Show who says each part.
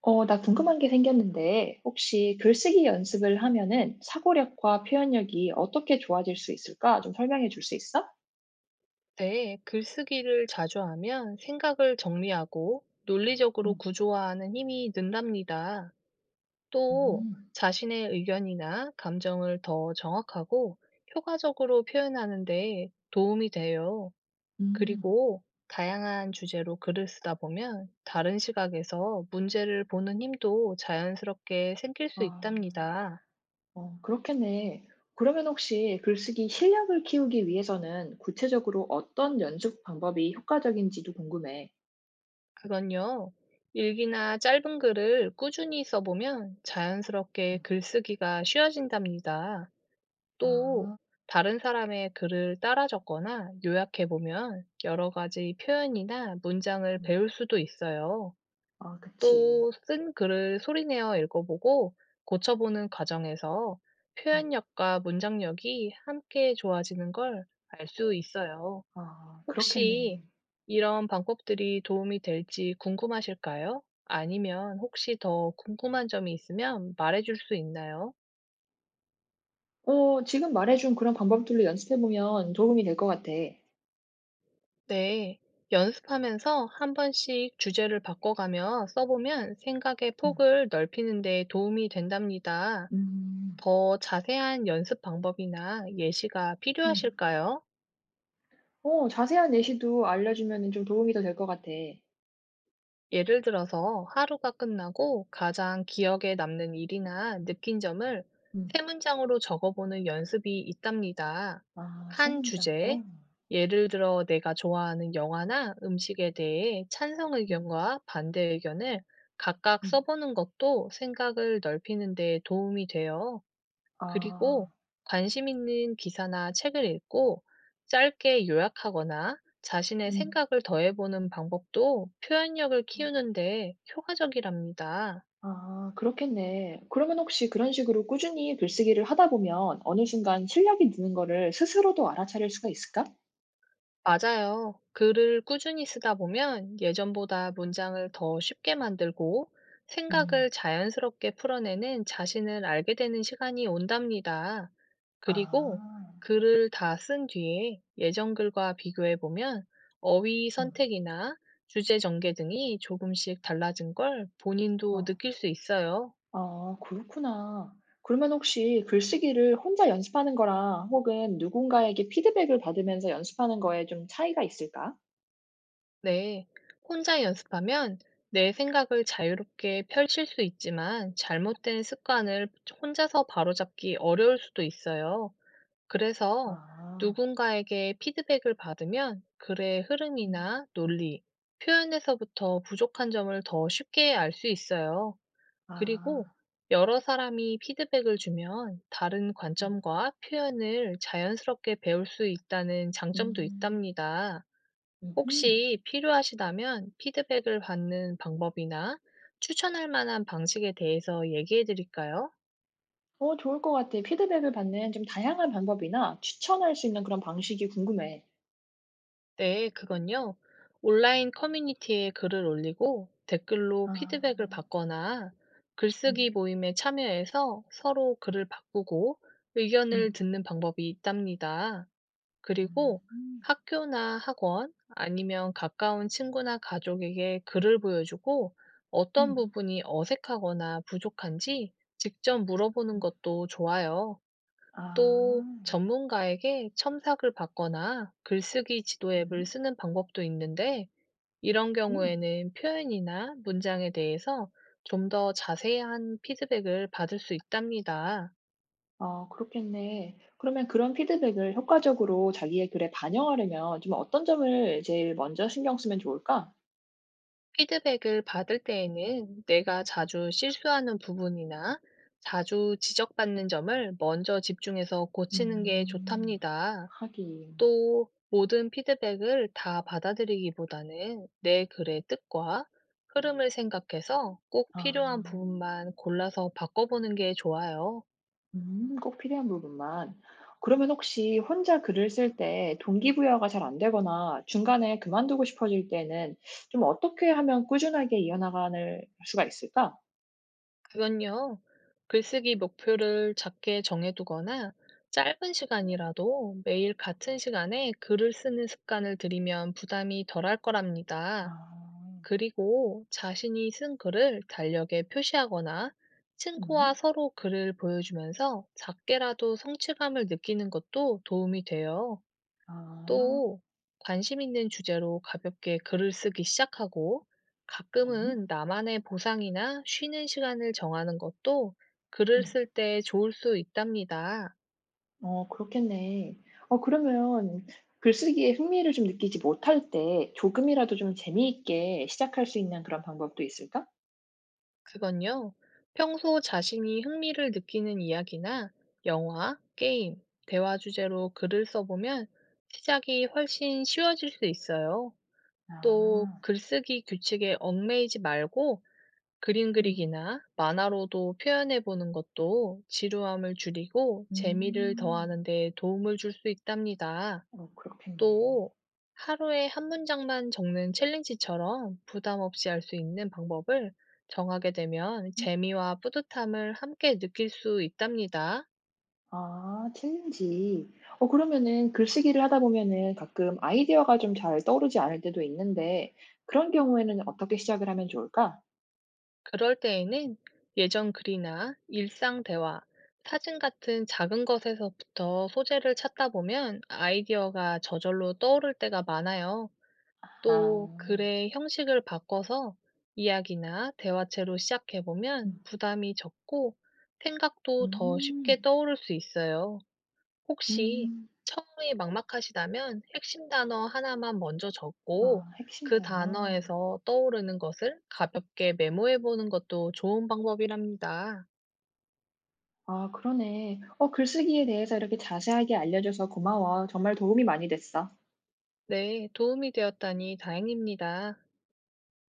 Speaker 1: 나 궁금한 게 생겼는데, 혹시 글쓰기 연습을 하면은 사고력과 표현력이 어떻게 좋아질 수 있을까? 좀 설명해 줄 수 있어?
Speaker 2: 네, 글쓰기를 자주 하면 생각을 정리하고 논리적으로
Speaker 1: 음,
Speaker 2: 구조화하는 힘이 는답니다. 또
Speaker 1: 음,
Speaker 2: 자신의 의견이나 감정을 더 정확하고 효과적으로 표현하는 데 도움이 돼요.
Speaker 1: 음.
Speaker 2: 그리고 다양한 주제로 글을 쓰다 보면 다른 시각에서 문제를 보는 힘도 자연스럽게 생길 수
Speaker 1: 아,
Speaker 2: 있답니다.
Speaker 1: 그렇겠네. 그러면 혹시 글쓰기 실력을 키우기 위해서는 구체적으로 어떤 연습 방법이 효과적인지도 궁금해.
Speaker 2: 그건요. 일기나 짧은 글을 꾸준히 써보면 자연스럽게
Speaker 1: 음.
Speaker 2: 글쓰기가 쉬워진답니다. 또,
Speaker 1: 아,
Speaker 2: 다른 사람의 글을 따라 적거나 요약해보면 여러 가지 표현이나 문장을
Speaker 1: 음,
Speaker 2: 배울 수도 있어요.
Speaker 1: 아, 그치.
Speaker 2: 또, 쓴 글을 소리내어 읽어보고 고쳐보는 과정에서
Speaker 1: 음.
Speaker 2: 표현력과 문장력이 함께 좋아지는 걸 알 수 있어요.
Speaker 1: 아,
Speaker 2: 혹시
Speaker 1: 그렇겠네.
Speaker 2: 이런 방법들이 도움이 될지 궁금하실까요? 아니면 혹시 더 궁금한 점이 있으면 말해줄 수 있나요?
Speaker 1: 지금 말해준 그런 방법들로 연습해보면 도움이 될 것 같아.
Speaker 2: 네. 연습하면서 한 번씩 주제를 바꿔가며 써보면 생각의
Speaker 1: 음,
Speaker 2: 폭을 넓히는 데 도움이 된답니다.
Speaker 1: 음.
Speaker 2: 더 자세한 연습 방법이나 예시가
Speaker 1: 음.
Speaker 2: 필요하실까요?
Speaker 1: 자세한 예시도 알려주면은 좀 도움이 더 될 것 같아.
Speaker 2: 예를 들어서, 하루가 끝나고 가장 기억에 남는 일이나 느낀 점을 세
Speaker 1: 음.
Speaker 2: 문장으로 적어보는 연습이 있답니다.
Speaker 1: 아, 세
Speaker 2: 한
Speaker 1: 문장으로?
Speaker 2: 주제, 예를 들어 내가 좋아하는 영화나 음식에 대해 찬성
Speaker 1: 음.
Speaker 2: 의견과 반대 의견을 각각
Speaker 1: 음.
Speaker 2: 써보는 것도 생각을 넓히는 데 도움이 돼요. 그리고
Speaker 1: 아.
Speaker 2: 관심 있는 기사나 책을 읽고 짧게 요약하거나 자신의
Speaker 1: 음.
Speaker 2: 생각을 더해보는 방법도 표현력을 키우는데 효과적이랍니다.
Speaker 1: 아, 그렇겠네. 그러면 혹시 그런 식으로 꾸준히 글쓰기를 하다 보면 어느 순간 실력이 느는 거를 스스로도 알아차릴 수가 있을까?
Speaker 2: 맞아요. 글을 꾸준히 쓰다 보면 예전보다 문장을 더 쉽게 만들고
Speaker 1: 음.
Speaker 2: 생각을 자연스럽게 풀어내는 자신을 알게 되는 시간이 온답니다. 그리고
Speaker 1: 아.
Speaker 2: 글을 다 쓴 뒤에 예전 글과 비교해 보면 어휘
Speaker 1: 음.
Speaker 2: 선택이나 주제 전개 등이 조금씩 달라진 걸 본인도
Speaker 1: 어.
Speaker 2: 느낄 수 있어요.
Speaker 1: 아, 그렇구나. 그러면 혹시 글쓰기를 혼자 연습하는 거랑 혹은 누군가에게 피드백을 받으면서 연습하는 거에 좀 차이가 있을까?
Speaker 2: 네. 혼자 연습하면 내 생각을 자유롭게 펼칠 수 있지만, 잘못된 습관을 혼자서 바로잡기 어려울 수도 있어요. 그래서
Speaker 1: 아.
Speaker 2: 누군가에게 피드백을 받으면 글의
Speaker 1: 음.
Speaker 2: 흐름이나 논리, 표현에서부터 부족한 점을 더 쉽게 알 수 있어요. 그리고
Speaker 1: 아.
Speaker 2: 여러 사람이 피드백을 주면 다른
Speaker 1: 음.
Speaker 2: 관점과 표현을 자연스럽게 배울 수 있다는 장점도
Speaker 1: 음.
Speaker 2: 있답니다.
Speaker 1: 음.
Speaker 2: 혹시 필요하시다면 피드백을 받는 방법이나 추천할 만한 방식에 대해서 얘기해 드릴까요?
Speaker 1: 좋을 것 같아. 피드백을 받는 좀 다양한 방법이나 추천할 수 있는 그런 방식이 궁금해.
Speaker 2: 네, 그건요. 온라인 커뮤니티에 글을 올리고 댓글로
Speaker 1: 아.
Speaker 2: 피드백을 받거나, 글쓰기
Speaker 1: 음.
Speaker 2: 모임에 참여해서 서로 글을 바꾸고
Speaker 1: 음.
Speaker 2: 의견을 듣는 방법이 있답니다. 그리고
Speaker 1: 음.
Speaker 2: 학교나 학원, 아니면 가까운 친구나 가족에게 글을 보여주고 어떤
Speaker 1: 음.
Speaker 2: 부분이 어색하거나 부족한지 직접 물어보는
Speaker 1: 음.
Speaker 2: 것도 좋아요.
Speaker 1: 아.
Speaker 2: 또 전문가에게 첨삭을 받거나 글쓰기 지도 앱을
Speaker 1: 음.
Speaker 2: 쓰는 방법도 있는데, 이런
Speaker 1: 음.
Speaker 2: 경우에는 표현이나 문장에 대해서 좀 더 자세한 피드백을 받을 수 있답니다.
Speaker 1: 아, 그렇겠네. 그러면 그런 피드백을 효과적으로 자기의 글에 반영하려면 좀 어떤 점을 제일 먼저 신경 쓰면 좋을까?
Speaker 2: 피드백을 받을 때에는 내가 자주 실수하는 부분이나 자주 지적받는 점을 먼저 집중해서 고치는 게
Speaker 1: 음.
Speaker 2: 좋답니다.
Speaker 1: 하긴.
Speaker 2: 또 모든 피드백을 다 받아들이기보다는 내 글의 뜻과 흐름을 생각해서 꼭
Speaker 1: 아.
Speaker 2: 필요한 부분만 골라서 바꿔보는 게 좋아요.
Speaker 1: 음, 꼭 필요한 부분만. 그러면 혹시 혼자 글을 쓸 때 동기부여가 잘 안 되거나 중간에 그만두고 싶어질 때는 좀 어떻게 하면 꾸준하게 이어나가는 수가 있을까?
Speaker 2: 그건요, 글쓰기 목표를 작게 정해두거나 짧은 시간이라도 매일 같은 시간에 글을 쓰는 습관을 들이면 부담이 덜할
Speaker 1: 아.
Speaker 2: 거랍니다. 그리고 자신이 쓴 글을 달력에 표시하거나 친구와
Speaker 1: 음.
Speaker 2: 서로 글을 보여주면서 작게라도 성취감을 느끼는 것도 도움이 돼요.
Speaker 1: 아.
Speaker 2: 또 관심 있는 주제로 가볍게 글을 쓰기 시작하고
Speaker 1: 음.
Speaker 2: 가끔은 나만의 보상이나 쉬는 시간을 정하는 것도 글을
Speaker 1: 음.
Speaker 2: 쓸 때 좋을 수 있답니다.
Speaker 1: 어, 그렇겠네. 그러면 글쓰기에 흥미를 좀 느끼지 못할 때 조금이라도 좀 재미있게 시작할 수 있는 그런 방법도 있을까?
Speaker 2: 그건요, 평소 자신이 흥미를 느끼는 이야기나 영화, 게임, 대화 주제로 글을 써보면 시작이 훨씬 쉬워질 수 있어요. 또
Speaker 1: 아.
Speaker 2: 글쓰기 규칙에 얽매이지 말고 그림
Speaker 1: 음.
Speaker 2: 그리기나 만화로도 표현해 보는 것도 지루함을 줄이고 재미를
Speaker 1: 음.
Speaker 2: 더하는 데 도움을 줄 수 있답니다.
Speaker 1: 어, 그렇겠네.
Speaker 2: 또 하루에 한 문장만 적는 챌린지처럼 부담 없이 할 수 있는 방법을 정하게 되면 재미와 뿌듯함을 함께 느낄 수 있답니다.
Speaker 1: 아, 챌린지. 그러면은 글쓰기를 하다 보면은 가끔 아이디어가 좀 잘 떠오르지 않을 때도 있는데 그런 경우에는 어떻게 시작을 하면 좋을까?
Speaker 2: 그럴 때에는 예전 글이나 일상 대화, 사진 같은 작은 것에서부터 소재를 찾다 보면 아이디어가 저절로 떠오를 때가 많아요. 또
Speaker 1: 아.
Speaker 2: 글의 형식을 바꿔서 이야기나 대화체로 시작해보면
Speaker 1: 음.
Speaker 2: 부담이 적고 생각도 더 쉽게
Speaker 1: 음.
Speaker 2: 떠오를 수 있어요. 혹시
Speaker 1: 음.
Speaker 2: 처음이 막막하시다면 핵심 단어 하나만 먼저 적고
Speaker 1: 아, 핵심
Speaker 2: 그
Speaker 1: 단어.
Speaker 2: 단어에서 떠오르는 것을 가볍게 메모해보는 것도 좋은 방법이랍니다.
Speaker 1: 아, 그러네. 어, 글쓰기에 대해서 이렇게 자세하게 알려줘서 고마워. 정말 도움이 많이 됐어.
Speaker 2: 네, 도움이 되었다니 다행입니다.